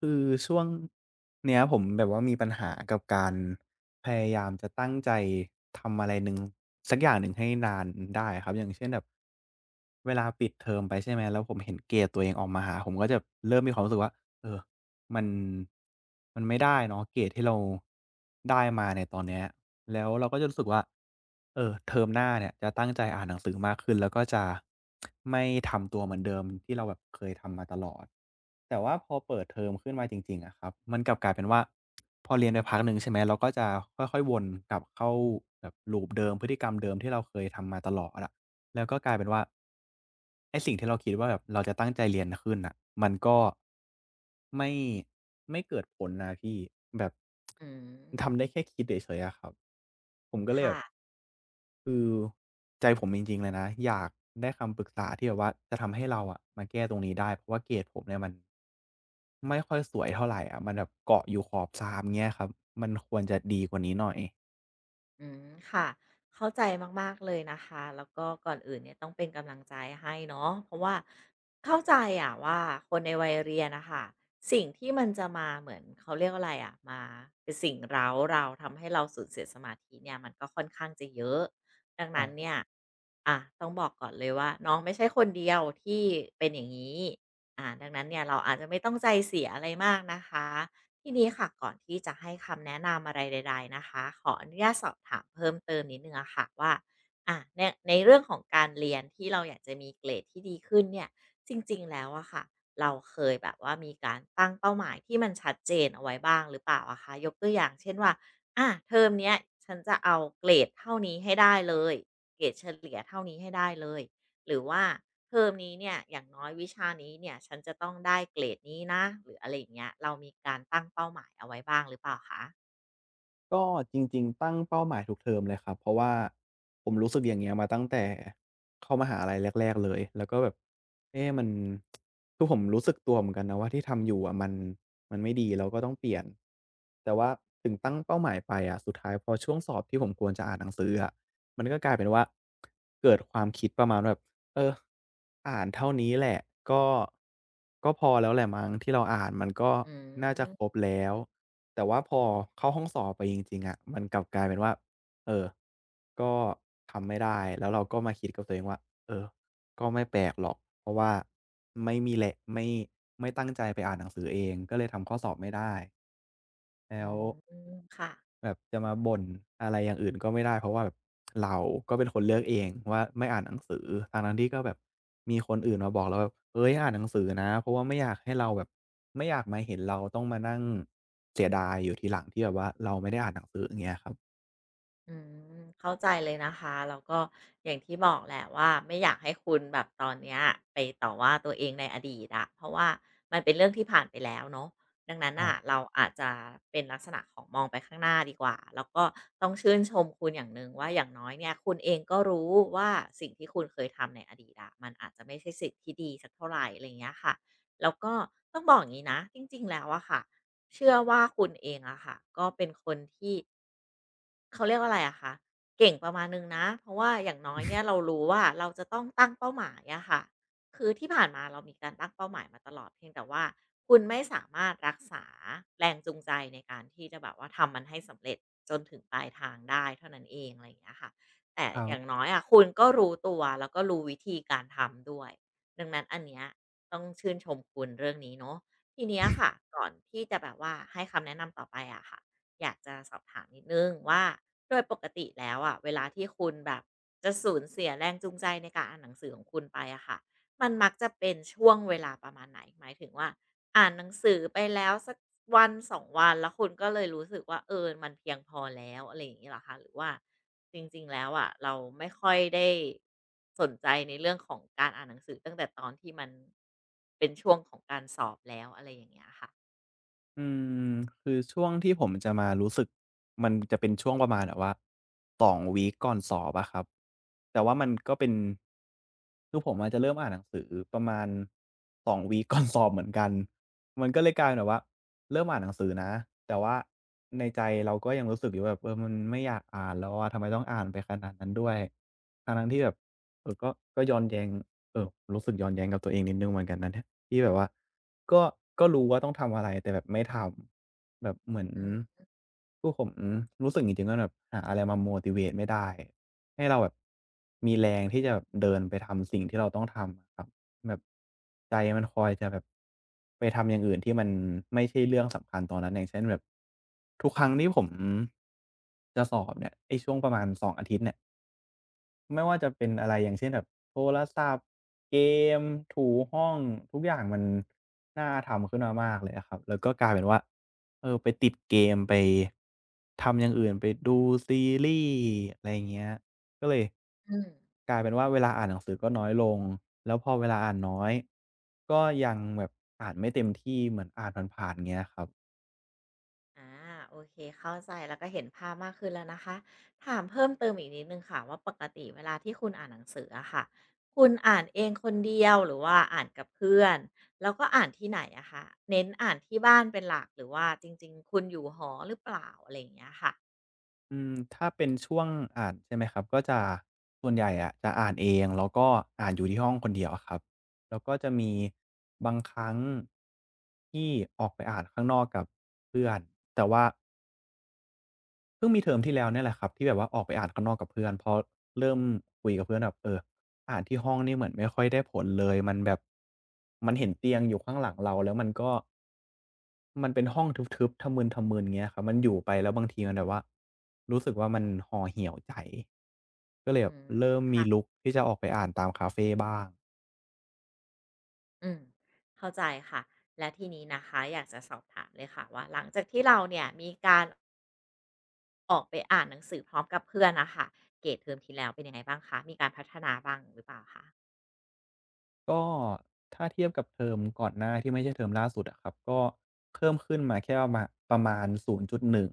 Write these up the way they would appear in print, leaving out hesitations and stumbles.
คือช่วงเนี้ยผมแบบว่ามีปัญหากับการพยายามจะตั้งใจทำอะไรหนึ่งสักอย่างหนึ่งให้นานได้ครับอย่างเช่นแบบเวลาปิดเทอมไปใช่ไหมแล้วผมเห็นเกรดตัวเองออกมาหาผมก็จะเริ่มมีความรู้สึกว่าเออมันไม่ได้เนาะเกรดที่เราได้มาในตอนเนี้ย แล้วเราก็จะรู้สึกว่า เออเทอมหน้าเนี่ยจะตั้งใจอ่านหนังสือมากขึ้นแล้วก็จะไม่ทำตัวเหมือนเดิมที่เราแบบเคยทำมาตลอด แต่ว่าพอเปิดเทอมขึ้นมาจริงๆอะครับมันกลับกลายเป็นว่าพอเรียนไปพักหนึ่งใช่ไหมเราก็จะค่อยๆวนกลับเข้าแบบ loop เดิมพฤติกรรมเดิมที่เราเคยทำมาตลอดอะแล้วก็กลายเป็นว่า ไอ้สิ่งที่เราคิดว่าแบบเราจะตั้งใจเรียนขึ้นน่ะมันก็ไม่ไม่เกิดผลนะพี่แบบอืมมันทำได้แค่คิดเฉยๆอะครับผมก็เลยแบบค่ะคือใจผมจริงๆเลยนะอยากได้คำปรึกษาที่แบบว่าจะทำให้เราอะมาแก้ตรงนี้ได้เพราะว่าเกรดผมเนี่ยมันไม่ค่อยสวยเท่าไรอะมันแบบเกาะอยู่ขอบสามเงี้ยครับมันควรจะดีกว่านี้หน่อยอืมค่ะเข้าใจมากๆเลยนะคะแล้วก็ก่อนอื่นเนี่ยต้องเป็นกำลังใจให้เนาะเพราะว่าเข้าใจอะว่าคนในวัยเรียนน่ะค่ะสิ่งที่มันจะมาเหมือนเขาเรียกว่าอะไรอะมาเป็นสิ่งเร้าเราทำให้เราสูญเสียสมาธิเนี่ยมันก็ค่อนข้างจะเยอะดังครันั้นบ เนี่ยอะต้องบอกก่อนเลยว่าน้องไม่ใช่คนเดียวที่เป็นอย่างงี้อ่าดังนั้นเนี่ยเราอาจจะไม่ต้องใจเสียอะไรมากนะคะ ทีนี้ค่ะก่อนที่จะให้คำแนะนำอะไรใดๆนะคะขออนุญาตสอบถามเพิ่มเติมนิดนึงอะค่ะว่าอ่ะในเรื่องของการเรียนที่เราอยากจะมีเกรดที่ดีขึ้นเนี่ยจริงๆแล้วอะค่ะเราเคยแบบว่ามีการตั้งเป้าหมายที่มันชัดเจนเอาไว้บ้างหรือเปล่าอะคะยกตัวอย่างเช่นว่าอะเทอมเนี้ยฉันจะเอาเกรดเท่านี้ให้ได้เลยเกรดเฉลี่ยเท่านี้ให้ได้เลย หรือว่าเทอมนี้เนี่ยอย่างน้อยวิชานี้เนี่ยฉันจะต้องได้เกรดนี้นะหรืออะไรอย่างเงี้ยเรามีการตั้งเป้าหมายเอาไว้บ้างหรือเปล่าคะก็จริงๆตั้งเป้าหมายทุกเทอมเลยครับเพราะว่าผมรู้สึกอย่างเงี้ยมาตั้งแต่เข้ามหาลัยแรกๆเลยแล้วก็แบบเอ๊ะมันคือผมรู้สึกตัวเหมือนกันนะว่าที่ทำอยู่อะมันไม่ดีเราก็ต้องเปลี่ยนแต่ว่าถึงตั้งเป้าหมายไปอะสุดท้ายพอช่วงสอบที่ผมควรจะอ่านหนังสืออะมันก็กลายเป็นว่าเกิดความคิดประมาณแบบเอออ่านเท่านี้แหละก็ก็พอแล้วแหละมั้งที่เราอ่านมันก็อืน่าจะมครบแล้ว แต่ว่าพอเข้าห้องสอบไปจริงๆอะมันกลับกลายเป็นว่าเออ ก็ทำไม่ได้แล้วเราก็มาคิดกับตัวเองว่าเออ ก็ไม่แปลกหรอกเพราะว่าไม่มีแหละไม่ตั้งใจไปอ่านหนังสือเองก็เลยทำข้อสอบไม่ได้อืแล้ว มค่ะ แบบจะมาบ่นอะไรอย่างอื่นก็ไม่ได้เพราะว่าแบบเราก็เป็นคนเลือกเองว่าไม่อ่านหนังสือทั้งๆที่ก็แบบมีคนอื่นมาบอกเราแบบเฮ้ยอ่านหนังสือนะเพราะว่าไม่อยากให้เราแบบไม่อยากมาเห็นเราต้องมานั่งเสียดายอยู่ทีหลังที่แบบว่าเราไม่ได้อ่านหนังสืออย่างเงี้ยครับอืมเข้าใจเลยนะคะแล้วก็อย่างที่บอกแหละว่าไม่อยากให้คุณแบบตอนเนี้ยไปต่อว่าตัวเองในอดีตอะเพราะว่ามันเป็นเรื่องที่ผ่านไปแล้วเนาะดังนั้นครัอะบเราอาจจะเป็นลักษณะของมองไปข้างหน้าดีกว่าแล้วก็ต้องชื่นชมคุณอย่างหนึ่งว่าอย่างน้อยเนี่ยคุณเองก็รู้ว่าสิ่งที่คุณเคยทำในอดีตอะมันอาจจะไม่ใช่สิ่งที่ดีสักเท่าไหรอะไรอย่างเงี้ยค่ะแล้วก็ต้องบอกอย่างนี้นะจริงๆแล้วอะค่ะเชื่อว่าคุณเองอะค่ะก็เป็นคนที่ เขาเรียกว่าอะไรอะคะเก่งประมาณนึงนะเพราะว่าอย่างน้อยเนี่ยเรารู้ว่าเราจะต้องตั้งเป้าหมายอะค่ะคือที่ผ่านมาเรามีการตั้งเป้าหมายมาตลอดเพียงแต่ว่าคุณไม่สามารถรักษาแรงจูงใจในการที่จะแบบว่าทำมันให้สำเร็จจนถึงปลายทางได้เท่านั้นเองอะไรอย่างเงี้ยค่ะแต่ครัอย่างบ น้อยอะคุณก็รู้ตัวแล้วก็รู้วิธีการทำด้วยดังนั้นอันเนี้ยต้องชื่นชมคุณเรื่องนี้เนาะทีเนี้ยค่ะก่อนที่จะแบบว่าให้คำแนะนำต่อไปอะค่ะ อยากจะสอบถามนิดหนึ่งว่าโดยปกติแล้วอะเวลาที่คุณแบบจะสูญเสียแรงจูงใจในการอ่านหนังสือของคุณไปอะค่ะมันมักจะเป็นช่วงเวลาประมาณไหนหมายถึงว่าอ่านหนังสือไปแล้วสักวันสองวันแล้วคุณก็เลยรู้สึกว่าเออมันเพียงพอแล้วอะไรอย่างงี้เหรอคะหรือว่าจริงๆแล้วอะเราไม่ค่อยได้สนใจในเรื่องของการอ่านหนังสือตั้งแต่ตอนที่มันเป็นช่วงของการสอบแล้วอะไรอย่างเงี้ยค่ะอืมคือช่วงที่ผมจะมารู้สึกมันจะเป็นช่วงประมาณแบบว่า2วีกก่อนสอบอะครับแต่ว่ามันก็เป็นคือผมอะจจะเริ่มอ่านหนังสือประมาณ2วีกก่อนสอบเหมือนกันมันก็เลยกลายเป็นแบบว่าเริ่มอ่านหนังสือนะแต่ว่าในใจเราก็ยังรู้สึกอยู่ว่าแบบเออมันไม่อยากอ่านแล้วอะทำไมต้องอ่านไปขนาดนั้นด้วยทั้งๆที่แบบเออก็ย้อนแย้งเออรู้สึกย้อนแย้งกับตัวเองนิดหนึ่งเหมือนกันนะเนี่ย ที่แบบว่าก็ก็รู้ว่าต้องทำอะไรแต่แบบไม่ทำแบบเหมือนอืคือผมรู้สึกจริงๆว่าแบบหาอะไรมา motivate ไม่ได้ให้เราแบบมีแรงที่จะแบบเดินไปทำสิ่งที่เราต้องทำอะครับแบบใจมันคอยจะแบบไปทำอย่างอื่นที่มันไม่ใช่เรื่องสำคัญตอนนั้นอย่างเช่นแบบทุกครั้งที่ผมจะสอบเนี่ยไอ้ช่วงประมาณ2องอาทิตย์เนี่ย ไม่ว่าจะเป็นอะไรอย่างเช่นแบบโทรศัพท์เกมถูห้องทุกอย่างมันน่าทำขึ้นมามากเลยอะครับแล้วก็กลายเป็นว่าเออไปติดเกมไปทำอย่างอื่นไปดูซีรีส์อะไรอย่างเงี้ยก็เลยม กลายเป็นว่าเวลาอ่านหนังสือก็น้อยลงแล้วพอเวลาอ่านน้อยก็ยังแบบอ่านไม่เต็มที่เหมือนอ่านผ่านๆเงี้ยครับ อาโอเคเข้าใจแล้วก็เห็นภาพมากขึ้นแล้วนะคะถามเพิ่มเติมอีกนิดนึงค่ะว่าปกติเวลาที่คุณอ่านหนังสืออะค่ะคุณอ่านเองคนเดียวหรือว่าอ่านกับเพื่อนแล้วก็อ่านที่ไหนอะคะเน้นอ่านที่บ้านเป็นหลักหรือว่าจริงๆคุณอยู่หอหรือเปล่าอะไรอย่างเงี้ยค่ะอืมถ้าเป็นช่วงอ่านใช่ไหมครับก็จะส่วนใหญ่อะจะอ่านเองแล้วก็อ่านอยู่ที่ห้องคนเดียวอะครับแล้วก็จะมีบางครั้งที่ออกไปอ่านข้างนอกกับเพื่อนแต่ว่าเพิ่งมีเทอมที่แล้วเนี่ยแหละครับที่แบบว่าออกไปอ่านข้างนอกกับเพื่อนเพราะเริ่มคุยกับเพื่อนแบบเอออ่านที่ห้องนี่เหมือนไม่ค่อยได้ผลเลยมันแบบมันเห็นเตียงอยู่ข้างหลังเราแล้วมันก็ มันเป็นห้องทึบๆทะมึนๆเงี้ยครับมันอยู่ไปแล้วบางทีมันแบบว่ารู้สึกว่ามันห่อเหี่ยวใจ ก็เลยแบอืบมเริ่มมีค่ะลุกที่จะออกไปอ่านตามคาเฟบ้าง อืมเข้าใจค่ะและทีนี้นะคะอยากจะสอบถามเลยค่ะว่าหลังจากที่เราเนี่ยมีการออกไปอ่านหนังสือพร้อมกับเพื่อนนะคะเกรดเทอมที่แล้วเป็นยังไงบ้างคะมีการพัฒนาบ้างหรือเปล่าคะ ก็ถ้าเทียบกับเทอมก่อนหน้าที่ไม่ใช่เทอมล่าสุดอะครับก็เพิ่มขึ้นมาแค่ประมาณ0.1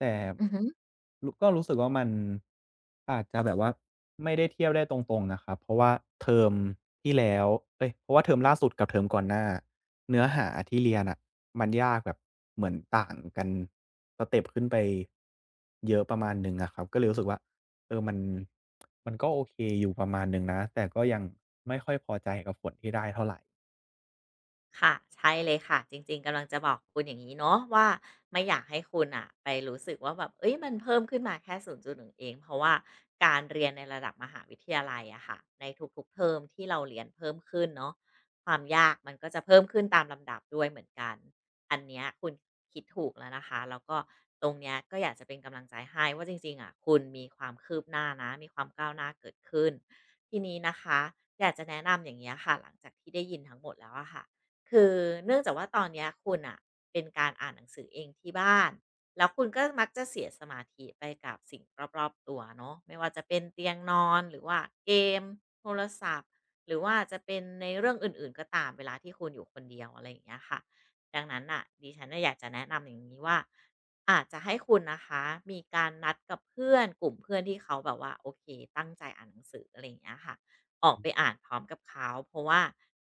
แต่อือฮึ รุก็รู้สึกว่ามันอาจจะแบบว่าไม่ได้เทียบได้ตรงๆนะครับเพราะว่าเทอมที่แล้วเอ๊ยเพราะว่าเทอมล่าสุดกับเทอมก่อนหน้าเนื้อหาที่เรียนน่ะมันยากแบบเหมือนต่างกันสเต็ปขึ้นไปเยอะประมาณหนึ่งอะครับก็เลยรู้สึกว่า เออมันมันก็โอเคอยู่ประมาณหนึ่งนะแต่ก็ยังไม่ค่อยพอใจกับผลที่ได้เท่าไรค่ะใช่เลยค่ะจริงๆกำลังจะบอกคุณอย่างนี้เนาะว่าไม่อยากให้คุณอ่ะไปรู้สึกว่าแบบเอ้ยมันเพิ่มขึ้นมาแค่0.1เองเพราะว่าการเรียนในระดับมหาวิทยาลัยอะค่ะในทุกๆเทอมที่เราเรียนเพิ่มขึ้นเนาะความยากมันก็จะเพิ่มขึ้นตามลำดับด้วยเหมือนกันอันเนี้ยคุณคิดถูกแล้วนะคะแล้วก็ตรงเนี้ยก็อยากจะเป็นกำลังใจให้ว่าจริงๆอะคุณมีความคืบหน้านะมีความก้าวหน้าเกิดขึ้นทีนี้นะคะอยากจะแนะนำอย่างเงี้ยค่ะหลังจากที่ได้ยินทั้งหมดแล้วอะค่ะ คือเนื่องจากว่าตอนเนี้ยคุณอ่ะเป็นการอ่านหนังสือเองที่บ้านแล้วคุณก็มักจะเสียสมาธิไปกับสิ่งรอบๆตัวเนาะไม่ว่าจะเป็นเตียงนอนหรือว่าเกมโทรศัพท์หรือว่าจะเป็นในเรื่องอื่นๆก็ตามเวลาที่คุณอยู่คนเดียวอะไรอย่างเงี้ยค่ะดังนั้นน่ะดิฉันน่ะอยากจะแนะนำอย่างนี้ว่าอาจจะให้คุณนะคะมีการนัดกับเพื่อนกลุ่มเพื่อนที่เขาแบบว่าโอเคตั้งใจอ่านหนังสืออะไรอย่างเงี้ยค่ะ ออกไปอ่านพร้อมกับเขาเพราะว่า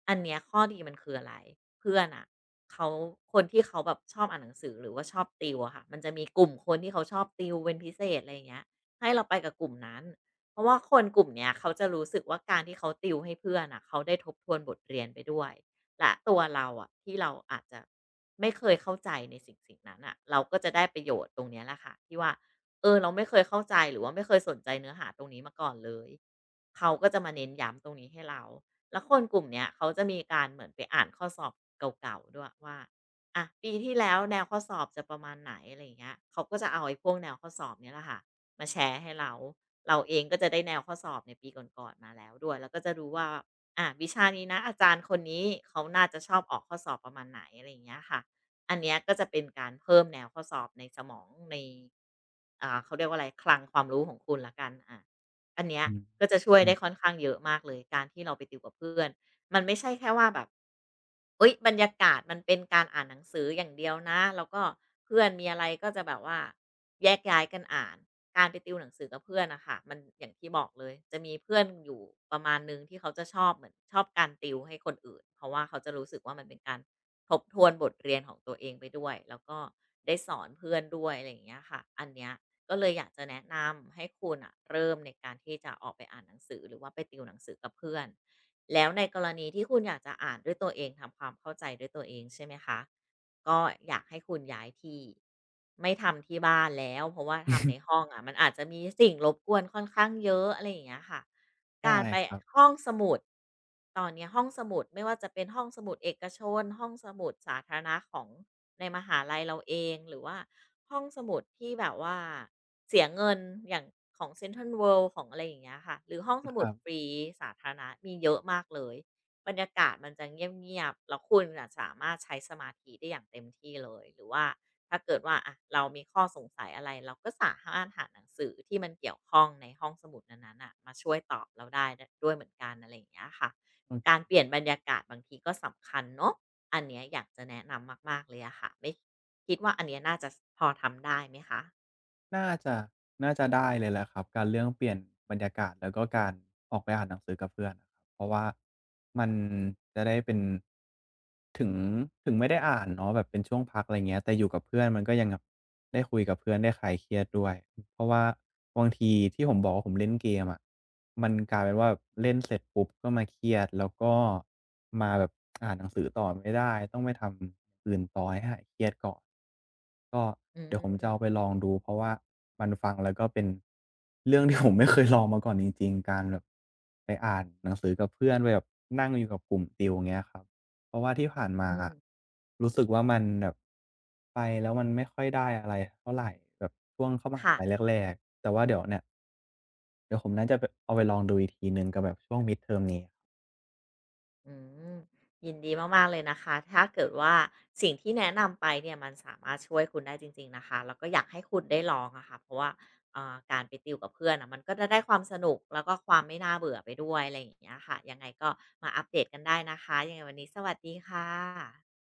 อันเนี้ยข้อดีมันคืออะไรเพื่อนอะเขาคนที่เขาแบบชอบอ่านหนังสือหรือว่าชอบติวอะค่ะมันจะมีกลุ่มคนที่เขาชอบติวเป็นพิเศษอะไรอย่างเงี้ยให้เราไปกับกลุ่มนั้นเพราะว่าคนกลุ่มเนี้ยเขาจะรู้สึกว่าการที่เขาติวให้เพื่อนอ่ะเขาได้ทบทวนบทเรียนไปด้วยและตัวเราอะที่เราอาจจะไม่เคยเข้าใจในสิ่งสิ่งนั้นอ่ะเราก็จะได้ประโยชน์ตรงเนี้ยแหละค่ะที่ว่าเออเราไม่เคยเข้าใจหรือว่าไม่เคยสนใจเนื้อหาตรงนี้มาก่อนเลย เขาก็จะมาเน้นย้ำตรงนี้ให้เรา แล้วคนกลุ่มเนี้ยเขาจะมีการเหมือนไปอ่านข้อสอบเก่าๆด้วยว่าอ่ะปีที่แล้วแนวข้อสอบจะประมาณไหนอะไรอย่างเงี้ยเขาก็จะเอาไอ้พวกแนวข้อสอบเนี้ยแหละค่ะมาแชร์ให้เราเราเองก็จะได้แนวข้อสอบในปีก่อนๆมาแล้วด้วยแล้วก็จะรู้ว่าอ่ะวิชานี้นะอาจารย์คนนี้เขาน่าจะชอบออกข้อสอบประมาณไหนอะไรอย่างเงี้ยค่ะอันเนี้ยก็จะเป็นการเพิ่มแนวข้อสอบในสมองในเขาเรียกว่าอะไรคลังความรู้ของคุณละกันอ่า อันเนี้ยอืมก็จะช่วยอืได้ม ค่อนข้างเยอะมากเลยการที่เราไปติวกับเพื่อนมันไม่ใช่แค่ว่าแบบเฮ้ยบรรยากาศมันเป็นการอ่านหนังสืออย่างเดียวนะแล้วก็เพื่อนมีอะไรก็จะแบบว่าแยกย้ายกันอ่านการไปติวหนังสือกับเพื่อนอะค่ะมันอย่างที่บอกเลยจะมีเพื่อนอยู่ประมาณหนึ่งที่เขาจะชอบเหมือนชอบการติวให้คนอื่นเพราะว่าเขาจะรู้สึกว่ามันเป็นการทบทวนบทเรียนของตัวเองไปด้วยแล้วก็ได้สอนเพื่อนด้วยอะไรอย่างเงี้ยค่ะอันเนี้ย ก็เลยอยากจะแนะนำให้คุณอะเริ่มในการที่จะออกไปอ่านหนังสือหรือว่าไปติวหนังสือกับเพื่อนแล้วในกรณีที่คุณอยากจะอ่านด้วยตัวเองทำความเข้าใจด้วยตัวเองใช่ไหมคะก็อยากให้คุณย้ายที่ไม่ทำที่บ้านแล้วเพราะว่าทำใน ห้องอะมันอาจจะมีสิ่งรบกวนค่อนข้างเยอะอะไรอย่างเงี้ยค่ะได้การไปครับห้องสมุด ตอนเนี้ยห้องสมุดไม่ว่าจะเป็นห้องสมุดเอกชนห้องสมุดสาธารณะของในมหาลัยเราเองหรือว่าห้องสมุดที่แบบว่าเสียเงินอย่างของเซ็นทรัลเวิลด์ของอะไรอย่างเงี้ยค่ะหรือห้องสคมุดรัฟบรีสาธารณะมีเยอะมากเลยบรรยากาศมันจะเงียบๆแล้วคุณน่ะสามารถใช้สมาธิได้อย่างเต็มที่เลยหรือว่า ถ้าเกิดว่าอะเรามีข้อสงสัยอะไรเราก็สามารถหาหนังสือที่มันเกี่ยวข้องในห้องสมุดนั้นๆน่ะมาช่วยตอบเราได้ด้วยเหมือนกันอะไรอย่างเงี้ยค่ะอืการอเปลี่ยนบรรยากาศบางทีก็สำคัญเนาะอันเนี้ยอยากจะแนะนำมากๆเลยอะค่ะไม่คิดว่าอันเนี้ยน่าจะพอทำได้ไหมคะน่าจะน่าจะได้เลยแหละครับการเรื่องเปลี่ยนบรรยากาศแล้วก็การออกไปอ่านหนังสือกับเพื่อนอะครับเพราะว่ามันจะได้เป็นถึงถึงไม่ได้อ่านเนาะแบบเป็นช่วงพักอะไรเงี้ยแต่อยู่กับเพื่อนมันก็ยังแบบได้คุยกับเพื่อนได้คลายเครียดด้วย เพราะว่าบางทีที่ผมบอกว่าผมเล่นเกมอะมันกลายเป็นว่าเล่นเสร็จปุ๊บก็มาเครียดแล้วก็มาแบบอ่านหนังสือต่อไม่ได้ต้องไปทำอย่างอื่นต่อให้หายเครียดก่อนก็อืเดี๋ยวผมจะเอาไปมลองดูเพราะว่ามันฟังแล้วก็เป็นเรื่องที่ผมไม่เคยลองมาก่อนจริงๆการแบบไปอ่านหนังสือกับเพื่อนไปแบบนั่งอยู่กับกลุ่มติวอย่างเงี้ยครับ เพราะว่าที่ผ่านมา อืมรู้สึกว่ามันแบบไปแล้วมันไม่ค่อยได้อะไรเท่าไรแบบช่วงเข้ามหาค่ะ ลัยแรกๆ แต่ว่าเดี๋ยวเนี่ยเดี๋ยวผมน่าจะไปเอาไปลองดูอีกทีหนึ่งกับแบบช่วงมิดเทอมนี้อืมยินดีมากๆเลยนะคะถ้าเกิดว่าสิ่งที่แนะนำไปเนี่ยมันสามารถช่วยคุณได้จริงๆนะคะแล้วก็อยากให้คุณได้ลองอะค่ะเพราะว่าการไปติวกับเพื่อนอะมันก็จะได้ความสนุกแล้วก็ความไม่น่าเบื่อไปด้วยอะไรอย่างเงี้ยค่ะยังไงก็มาอัปเดตกันได้นะคะยังไงวันนี้สวัสดีค่ะ